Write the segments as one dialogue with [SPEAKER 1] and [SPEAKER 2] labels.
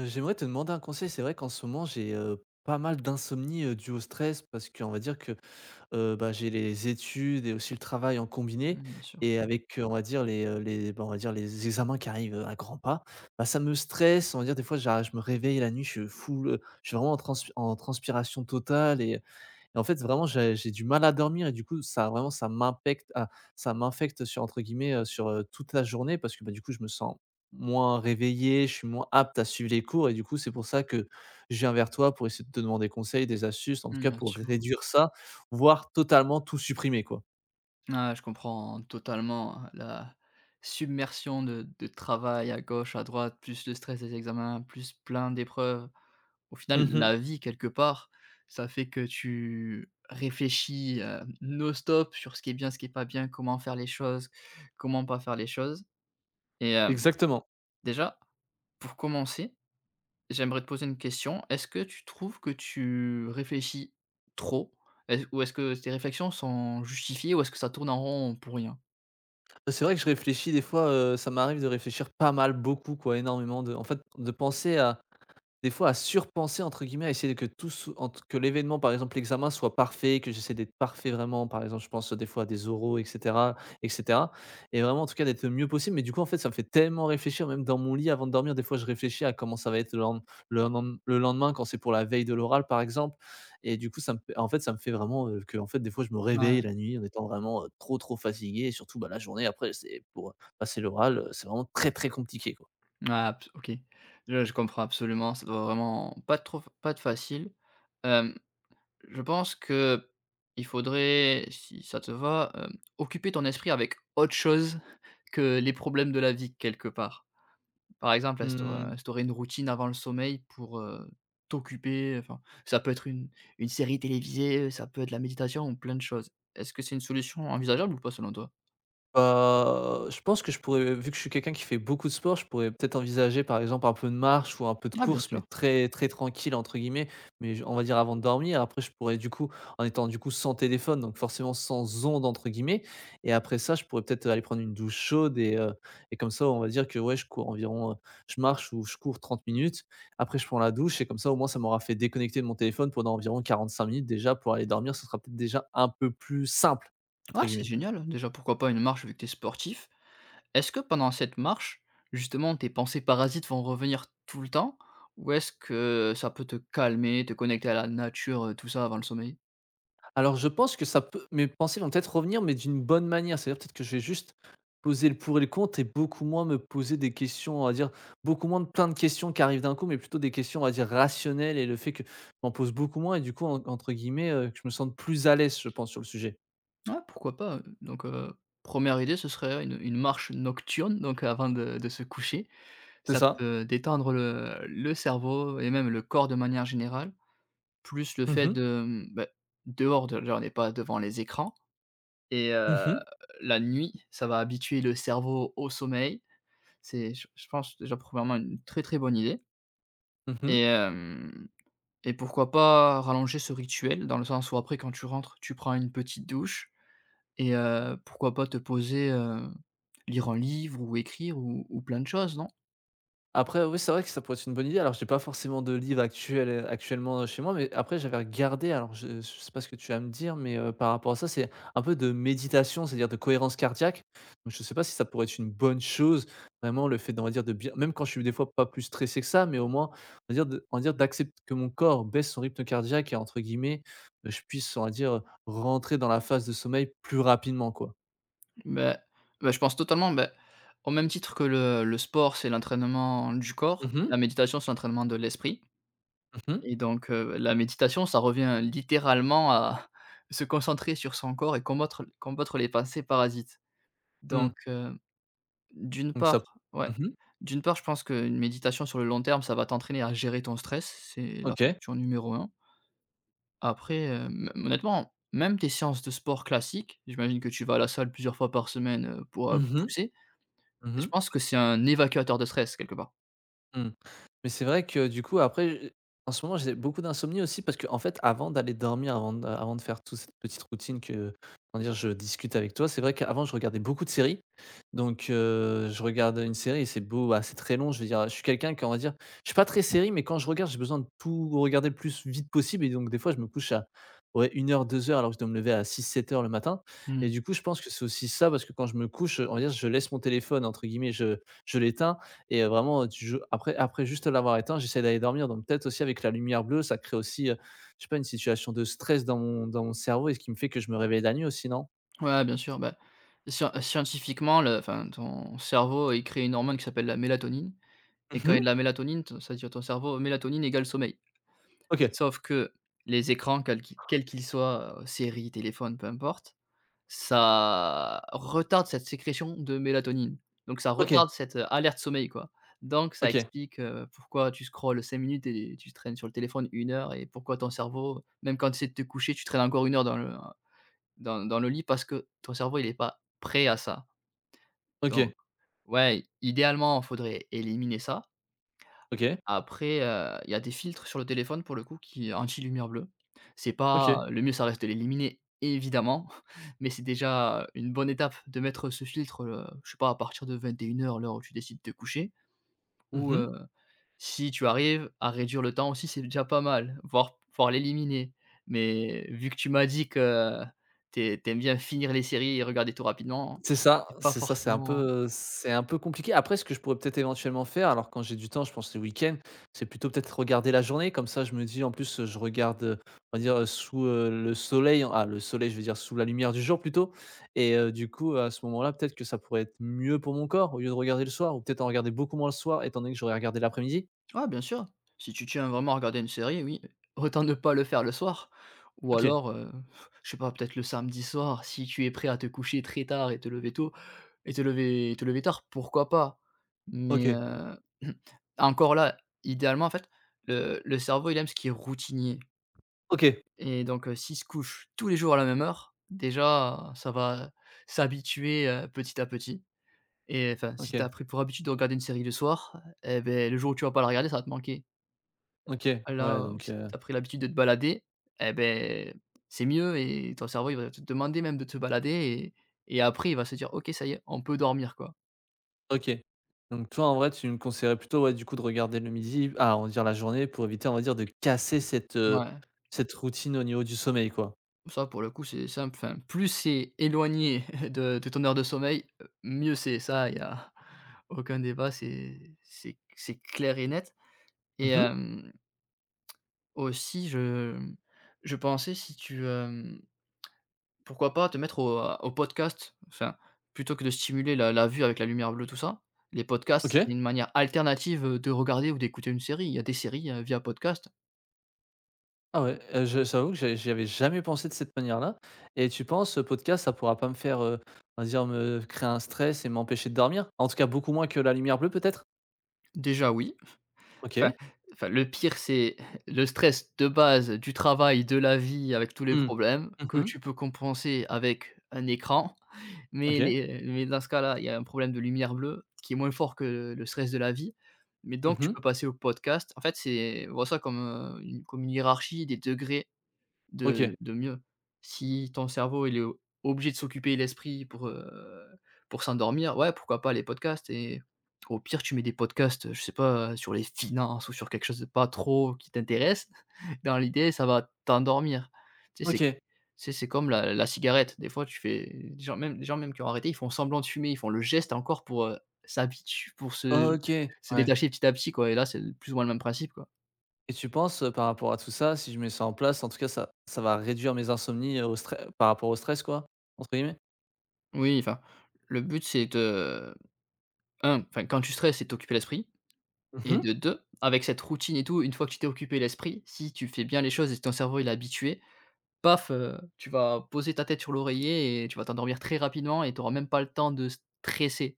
[SPEAKER 1] J'aimerais te demander un conseil. C'est vrai qu'en ce moment, j'ai, pas mal d'insomnie, due au stress parce qu'on va dire que, j'ai les études et aussi le travail en combiné
[SPEAKER 2] Mmh, bien sûr.
[SPEAKER 1] et avec, on va dire on va dire les examens qui arrivent, à grands pas. Bah, ça me stresse, on va dire des fois j'arrive je me réveille la nuit, je suis full, je suis vraiment en transpiration totale et en fait, vraiment, j'ai du mal à dormir et du coup, ça vraiment, ça m'impacte, ça m'infecte sur entre guillemets, sur, toute la journée parce que, bah, du coup, je me sens moins réveillé, je suis moins apte à suivre les cours et du coup, c'est pour ça que je viens vers toi pour essayer de te demander conseil, des astuces, en tout
[SPEAKER 2] Mmh,
[SPEAKER 1] cas
[SPEAKER 2] bien
[SPEAKER 1] pour
[SPEAKER 2] sûr.
[SPEAKER 1] réduire ça, voire totalement tout supprimer, quoi.
[SPEAKER 2] Ah, je comprends totalement la submersion de travail à gauche, à droite, plus le stress des examens, plus plein d'épreuves. Au final,
[SPEAKER 1] Mmh.
[SPEAKER 2] la vie quelque part, ça fait que tu réfléchis, non-stop sur ce qui est bien, ce qui est pas bien, comment faire les choses, comment pas faire les choses et
[SPEAKER 1] Exactement.
[SPEAKER 2] déjà, pour commencer, j'aimerais te poser une question. Est-ce que tu trouves que tu réfléchis trop? Est ou est-ce que tes réflexions sont justifiées ou est-ce que ça tourne en rond pour rien?
[SPEAKER 1] C'est vrai que je réfléchis des fois, ça m'arrive de réfléchir pas mal, beaucoup, quoi, énormément de en fait, de penser à des fois, à surpenser entre guillemets, à essayer que tout sou entre que l'événement, par exemple, l'examen soit parfait, que j'essaie d'être parfait vraiment. Par exemple, je pense des fois à des oraux etc., etc. Et vraiment en tout cas d'être le mieux possible. Mais du coup, en fait, ça me fait tellement réfléchir même dans mon lit avant de dormir. Des fois, je réfléchis à comment ça va être le lendemain quand c'est pour la veille de l'oral, par exemple, et du coup, ça me fait en fait, ça me fait vraiment, que en fait, des fois, je me réveille
[SPEAKER 2] Ouais.
[SPEAKER 1] la nuit en étant vraiment, trop, trop fatigué, et surtout, bah, la journée après, c'est pour, passer l'oral, c'est vraiment très, très compliqué, quoi.
[SPEAKER 2] Ah abs OK. Je comprends absolument, ça doit vraiment pas être facile. Hem, je pense que il faudrait, si ça te va, occuper ton esprit avec autre chose que les problèmes de la vie quelque part. Par exemple, instaurer
[SPEAKER 1] Mmh.
[SPEAKER 2] instaurer une routine avant le sommeil pour, t'occuper, enfin, ça peut être une série télévisée, ça peut être la méditation ou plein de choses. Est-ce que c'est une solution envisageable ou pas selon toi?
[SPEAKER 1] Bah, je pense que je pourrais, vu que je suis quelqu'un qui fait beaucoup de sport, je pourrais peut-être envisager, par exemple, un peu de marche ou un peu de
[SPEAKER 2] Ah bien
[SPEAKER 1] course, mais
[SPEAKER 2] sûr.
[SPEAKER 1] très, très «tranquille» entre guillemets, mais j on va dire avant de dormir. Après je pourrais du coup, en étant du coup sans téléphone, donc forcément sans «ondes» entre guillemets, et après ça, je pourrais peut-être aller prendre une douche chaude et comme ça, on va dire que ouais, je marche ou je cours 30 minutes. Après je prends la douche et comme ça, au moins, ça m'aura fait déconnecter de mon téléphone pendant environ 45 minutes, déjà pour aller dormir, ce sera peut-être déjà un peu plus «simple» entre
[SPEAKER 2] Ah c'est
[SPEAKER 1] guillemets.
[SPEAKER 2] génial, déjà pourquoi pas une marche vu que tu sportif? Est-ce que pendant cette marche, justement tes pensées parasites vont revenir tout le temps? Ou est-ce que ça peut te calmer, te connecter à la nature, tout ça avant le sommeil?
[SPEAKER 1] Alors je pense que ça peut, mes pensées vont peut-être revenir, mais d'une bonne manière. C'est-à-dire peut-être que je vais juste poser le pour et le contre et beaucoup moins me poser des questions, on va dire, beaucoup moins de plein de questions qui arrivent d'un coup, mais plutôt des questions, on va dire, rationnelles, et le fait que je m'en pose beaucoup moins et du coup, en entre guillemets, que je me sente plus à l'aise, je pense, sur le sujet.
[SPEAKER 2] Ah pourquoi pas, donc 1 idée, ce serait une marche nocturne, donc avant de se coucher.
[SPEAKER 1] C'est
[SPEAKER 2] Ça
[SPEAKER 1] ça.
[SPEAKER 2] peut détendre le cerveau et même le corps de manière générale, plus le
[SPEAKER 1] Mmh
[SPEAKER 2] fait
[SPEAKER 1] mh.
[SPEAKER 2] de, mmh, bah, dehors de là on n'est pas devant les écrans et
[SPEAKER 1] Mmh.
[SPEAKER 2] la nuit, ça va habituer le cerveau au sommeil. C'est je pense déjà premièrement une très, très bonne idée
[SPEAKER 1] Mmh.
[SPEAKER 2] et hem et pourquoi pas rallonger ce rituel dans le sens où après quand tu rentres, tu prends une petite douche et pourquoi pas te poser, lire un livre ou écrire ou plein de choses, non?
[SPEAKER 1] Après, oui, c'est vrai que ça pourrait être une bonne idée. Alors, j'ai pas forcément de livre actuel, actuellement chez moi, mais après j'avais regardé, alors je sais pas ce que tu vas me dire, mais par rapport à ça, c'est un peu de méditation, c'est-à-dire de cohérence cardiaque. Donc je sais pas si ça pourrait être une bonne chose, vraiment le fait, on va dire, de bien, même quand je suis des fois pas plus stressé que ça, mais au moins, on va dire d'accepter que mon corps baisse son rythme cardiaque et entre guillemets, je puisse, on va dire, rentrer dans la phase de sommeil plus rapidement, quoi.
[SPEAKER 2] Beh, bah, je pense totalement, au même titre que le sport, c'est l'entraînement du corps,
[SPEAKER 1] Mmh mh.
[SPEAKER 2] la méditation, c'est l'entraînement de l'esprit
[SPEAKER 1] Mmh.
[SPEAKER 2] et donc la méditation, ça revient littéralement à se concentrer sur son corps et combattre les pensées parasites.
[SPEAKER 1] Mmh.
[SPEAKER 2] Donc d'une
[SPEAKER 1] Donc
[SPEAKER 2] part
[SPEAKER 1] ça
[SPEAKER 2] ouais,
[SPEAKER 1] mmh
[SPEAKER 2] d'une part, je pense qu'une méditation sur le long terme, ça va t'entraîner à gérer ton stress, c'est la
[SPEAKER 1] OK.
[SPEAKER 2] fonction numéro un. Après, m honnêtement, même tes séances de sport classiques, j'imagine que tu vas à la salle plusieurs fois par semaine, pour,
[SPEAKER 1] Mmh mh.
[SPEAKER 2] pousser. Je
[SPEAKER 1] Mmh.
[SPEAKER 2] pense que c'est un évacuateur de stress, quelque part.
[SPEAKER 1] Mmh. Mais c'est vrai que du coup après, j en ce moment j'ai beaucoup d'insomnie aussi parce que en fait avant d'aller dormir, avant de faire toute cette petite routine que, comment dire, je discute avec toi, c'est vrai qu'avant je regardais beaucoup de séries. Donc je regarde une série et c'est très long, je veux dire, je suis quelqu'un qui on va dire, je suis pas très série, mais quand je regarde, j'ai besoin de tout regarder le plus vite possible, et donc des fois je me couche à, ouais, 1 heure, 2 heures, alors que je dois me lever à 6, 7 heures le matin, et
[SPEAKER 2] Mmh.
[SPEAKER 1] du coup je pense que c'est aussi ça parce que quand je me couche, on va dire je laisse mon téléphone entre guillemets, je l'éteins et vraiment, tu joues après, juste l'avoir éteint, j'essaie d'aller dormir, donc peut-être aussi avec la lumière bleue, ça crée aussi, je sais pas, une situation de stress dans mon cerveau, et ce qui me fait que je me réveille la nuit aussi, non?
[SPEAKER 2] Ouais, bien sûr, bah, scientifiquement, le enfin, ton cerveau, il crée une hormone qui s'appelle la mélatonine et quand il y a de
[SPEAKER 1] Mmh.
[SPEAKER 2] la mélatonine, ton ça dit à ton cerveau: «Mélatonine égale sommeil».
[SPEAKER 1] OK.
[SPEAKER 2] Sauf que les écrans, quels qu'ils soient, séries, téléphones, peu importe, ça retarde cette sécrétion de mélatonine. Donc ça
[SPEAKER 1] OK.
[SPEAKER 2] retarde cette, alerte sommeil, quoi. Donc ça
[SPEAKER 1] OK.
[SPEAKER 2] explique, pourquoi tu scrolles 5 minutes et tu traînes sur le téléphone 1 heure et pourquoi ton cerveau, même quand tu essaies de te coucher, tu traînes encore 1 heure dans le dans le lit parce que ton cerveau, il est pas prêt à ça.
[SPEAKER 1] OK.
[SPEAKER 2] Donc ouais, idéalement, il faudrait éliminer ça.
[SPEAKER 1] OK.
[SPEAKER 2] Après, il y a des filtres sur le téléphone pour le coup qui anti-lumière bleue. C'est
[SPEAKER 1] OK.
[SPEAKER 2] pas le mieux ça reste de l'éliminer évidemment, mais c'est déjà une bonne étape de mettre ce filtre, je sais pas à partir de 21 heures, l'heure où tu décides de te coucher ou,
[SPEAKER 1] Mmh.
[SPEAKER 2] si tu arrives à réduire le temps aussi, c'est déjà pas mal, voire l'éliminer. Mais vu que tu m'as dit que tu aimes bien finir les séries et regarder tout rapidement,
[SPEAKER 1] C'est ça,
[SPEAKER 2] c'est pas
[SPEAKER 1] c'est ça,
[SPEAKER 2] forcément.
[SPEAKER 1] c'est un peu compliqué. Après, ce que je pourrais peut-être éventuellement faire, alors quand j'ai du temps, je pense le week-end, c'est plutôt peut-être regarder la journée. Comme ça, je me dis en plus, je regarde, on va dire, sous, le soleil, je veux dire sous la lumière du jour plutôt, et du coup, à ce moment-là, peut-être que ça pourrait être mieux pour mon corps au lieu de regarder le soir, ou peut-être en regarder beaucoup moins le soir étant donné que j'aurais regardé l'après-midi?
[SPEAKER 2] Ouais, bien sûr. Si tu tiens vraiment à regarder une série, oui, autant ne pas le faire le soir. Ou
[SPEAKER 1] OK,
[SPEAKER 2] alors, je sais pas, peut-être le samedi soir, si tu es prêt à te coucher très tard et te lever tôt et te lever tard, pourquoi pas? Mais,
[SPEAKER 1] OK,
[SPEAKER 2] encore là, idéalement, en fait, le cerveau, il aime ce qui est routinier
[SPEAKER 1] OK,
[SPEAKER 2] et donc, s'il se couche tous les jours à la même heure, déjà, ça va s'habituer, petit à petit et enfin, si tu as
[SPEAKER 1] OK,
[SPEAKER 2] pris pour habitude de regarder une série le soir eh ben le jour où tu vas pas la regarder, ça va te manquer.
[SPEAKER 1] OK, ouais
[SPEAKER 2] Là où
[SPEAKER 1] donc
[SPEAKER 2] si tu as pris l'habitude de te balader, eh ben c'est mieux et ton cerveau, il va te demander même de te balader et après il va se dire: «OK, ça y est, on peut dormir, quoi».
[SPEAKER 1] OK. Donc toi, en vrai, tu me conseillerais plutôt, ouais, du coup, de regarder le midi, on va dire la journée pour éviter, on va dire, de casser cette,
[SPEAKER 2] Ouais,
[SPEAKER 1] cette routine au niveau du sommeil, quoi.
[SPEAKER 2] ça pour le coup, c'est simple, enfin, plus c'est éloigné de ton heure de sommeil, mieux c'est. Ça, il y a aucun débat, c'est c'est clair et net et
[SPEAKER 1] Mmh.
[SPEAKER 2] aussi je pensais si tu, hem pourquoi pas te mettre au, au podcast? Enfin, plutôt que de stimuler la vue avec la lumière bleue, tout ça, les podcasts, c'est
[SPEAKER 1] OK.
[SPEAKER 2] une manière alternative, de regarder ou d'écouter une série. Il y a des séries, via podcast.
[SPEAKER 1] Ah ouais, je j'avoue que j'y avais jamais pensé de cette manière-là, et tu penses ce podcast, ça pourra pas me faire, on va dire, me créer un stress et m'empêcher de dormir? En tout cas, beaucoup moins que la lumière bleue, peut-être?
[SPEAKER 2] Déjà, oui. Enfin
[SPEAKER 1] OK.
[SPEAKER 2] enfin, le pire, c'est le stress de base du travail, de la vie avec tous les
[SPEAKER 1] Mmh.
[SPEAKER 2] problèmes que
[SPEAKER 1] Mmh.
[SPEAKER 2] tu peux compenser avec un écran.
[SPEAKER 1] OK.
[SPEAKER 2] Mais dans ce cas-là, il y a un problème de lumière bleue qui est moins fort que le stress de la vie. Mais donc tu
[SPEAKER 1] Mmh.
[SPEAKER 2] peux passer au podcast. En fait, c'est vois ça comme, une comme une hiérarchie des degrés
[SPEAKER 1] OK.
[SPEAKER 2] de mieux. Si ton cerveau, il est o obligé de s'occuper l'esprit pour s'endormir, ouais, pourquoi pas les podcasts et au pire, tu mets des podcasts, je sais pas, sur les finances ou sur quelque chose de pas trop qui t'intéresse. Dans l'idée, ça va t'endormir. Tu sais, c'est
[SPEAKER 1] OK.
[SPEAKER 2] c'est comme la cigarette. Des fois, tu fais des gens même qui ont arrêté, ils font semblant de fumer, ils font le geste encore pour, s'habituer pour
[SPEAKER 1] OK.
[SPEAKER 2] se
[SPEAKER 1] Ouais.
[SPEAKER 2] détacher petit à petit, quoi et là, c'est plus ou moins le même principe, quoi.
[SPEAKER 1] Et tu penses, par rapport à tout ça, si je mets ça en place, en tout cas, ça va réduire mes insomnies, au stress par rapport au stress, quoi, entre guillemets?
[SPEAKER 2] Oui, enfin, le but, c'est de un, enfin, quand tu stresses, c'est t'occuper l'esprit et
[SPEAKER 1] Mmh.
[SPEAKER 2] de 2, avec cette routine et tout, une fois que tu t'es occupé l'esprit, si tu fais bien les choses et si ton cerveau il est habitué, paf, tu vas poser ta tête sur l'oreiller et tu vas t'endormir très rapidement et tu auras même pas le temps de stresser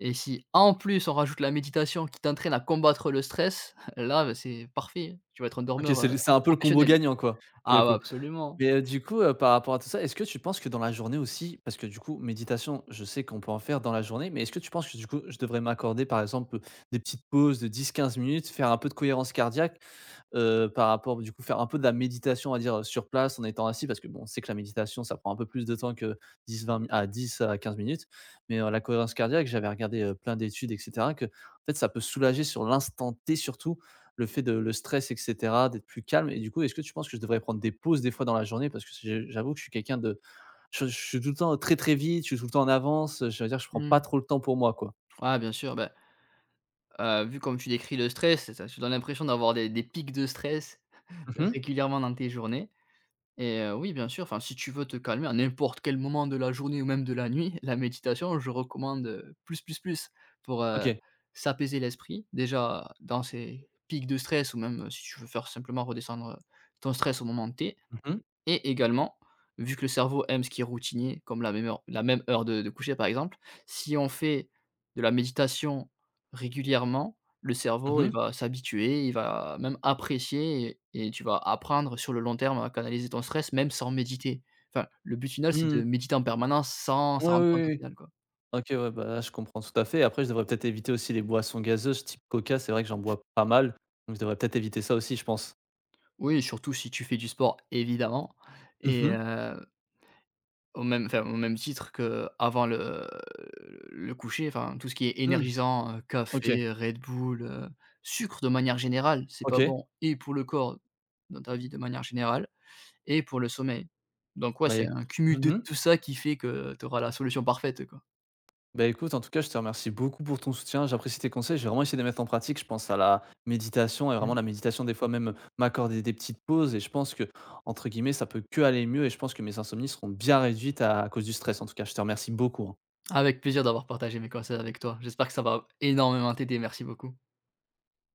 [SPEAKER 2] et si, en plus, on rajoute la méditation qui t'entraîne à combattre le stress, là, bah, c'est parfait, tu vas être un
[SPEAKER 1] OK,
[SPEAKER 2] dormeur,
[SPEAKER 1] c'est un peu le combo
[SPEAKER 2] professionnel.
[SPEAKER 1] gagnant, quoi, pour le
[SPEAKER 2] Ah ouais,
[SPEAKER 1] coup?
[SPEAKER 2] absolument.
[SPEAKER 1] Mais, du coup, par rapport à tout ça, est-ce que tu penses que dans la journée aussi, parce que du coup, méditation, je sais qu'on peut en faire dans la journée, mais est-ce que tu penses que du coup, je devrais m'accorder, par exemple, des petites pauses de 10-15 minutes, faire un peu de cohérence cardiaque, par rapport du coup, faire un peu de la méditation, on va dire, sur place en étant assis? Parce que bon, on sait que la méditation, ça prend un peu plus de temps que 10-20 mi à 10 à 15 minutes, mais, la cohérence cardiaque, j'avais regardé, plein d'études et cetera, que en fait, ça peut soulager sur l'instant T surtout, le fait de le stress et cetera, d'être plus calme, et du coup, est-ce que tu penses que je devrais prendre des pauses des fois dans la journée? Parce que je j'avoue que je suis quelqu'un de, je suis tout le temps très, très vite, je suis tout le temps en avance, je veux dire, je prends pas
[SPEAKER 2] Mmh.
[SPEAKER 1] trop le temps pour moi, quoi.
[SPEAKER 2] Ah bien sûr, bah, vu comme tu décris le stress, ça tu donnes l'impression d'avoir des pics de stress
[SPEAKER 1] Mmh.
[SPEAKER 2] régulièrement dans tes journées. Et oui, bien sûr, enfin, si tu veux te calmer à n'importe quel moment de la journée ou même de la nuit, la méditation, je recommande, plus pour,
[SPEAKER 1] OK.
[SPEAKER 2] s'apaiser l'esprit. Déjà, dans ces pics de stress ou même, si tu veux faire simplement redescendre, ton stress au moment T.
[SPEAKER 1] Mmh mh.
[SPEAKER 2] Et également, vu que le cerveau aime ce qui est routinier, comme la même heure de coucher par exemple, si on fait de la méditation régulièrement, le cerveau, il
[SPEAKER 1] Mmh.
[SPEAKER 2] va s'habituer, il va même apprécier et tu vas apprendre sur le long terme à canaliser ton stress même sans méditer. Enfin, le but final, c'est
[SPEAKER 1] Mmh.
[SPEAKER 2] de méditer en permanence sans s'en
[SPEAKER 1] Ouais,
[SPEAKER 2] rendre
[SPEAKER 1] oui,
[SPEAKER 2] compte
[SPEAKER 1] oui,
[SPEAKER 2] au
[SPEAKER 1] oui.
[SPEAKER 2] final, quoi.
[SPEAKER 1] OK, ouais, bah, je comprends tout à fait. Après, je devrais peut-être éviter aussi les boissons gazeuses type Coca, c'est vrai que j'en bois pas mal, donc je devrais peut-être éviter ça aussi, je pense.
[SPEAKER 2] Oui, surtout si tu fais du sport évidemment
[SPEAKER 1] Mmh
[SPEAKER 2] et
[SPEAKER 1] mh.
[SPEAKER 2] heu. Au même enfin, au même titre que avant le coucher, enfin, tout ce qui est
[SPEAKER 1] Mmh.
[SPEAKER 2] énergisant,
[SPEAKER 1] OK.
[SPEAKER 2] café, Red Bull, sucre de manière générale, c'est pas
[SPEAKER 1] OK.
[SPEAKER 2] bon et pour le corps dans ta vie de manière générale et pour le sommeil. Donc ouais,
[SPEAKER 1] Bah,
[SPEAKER 2] c'est
[SPEAKER 1] éc
[SPEAKER 2] un cumul de
[SPEAKER 1] mmh
[SPEAKER 2] tout ça qui fait que tu auras la solution parfaite, quoi.
[SPEAKER 1] Bah, écoute, en tout cas, je te remercie beaucoup pour ton soutien. J'apprécie tes conseils. J'ai vraiment essayé de les mettre en pratique. Je pense à la méditation et vraiment
[SPEAKER 2] Mmh.
[SPEAKER 1] la méditation, des fois même m'accorder des petites pauses. Et je pense que, entre guillemets, ça peut que aller mieux. Et je pense que mes insomnies seront bien réduites à cause du stress. En tout cas, je te remercie beaucoup, hein.
[SPEAKER 2] Avec plaisir d'avoir partagé mes conseils avec toi. J'espère que ça va énormément t'aider. Merci beaucoup.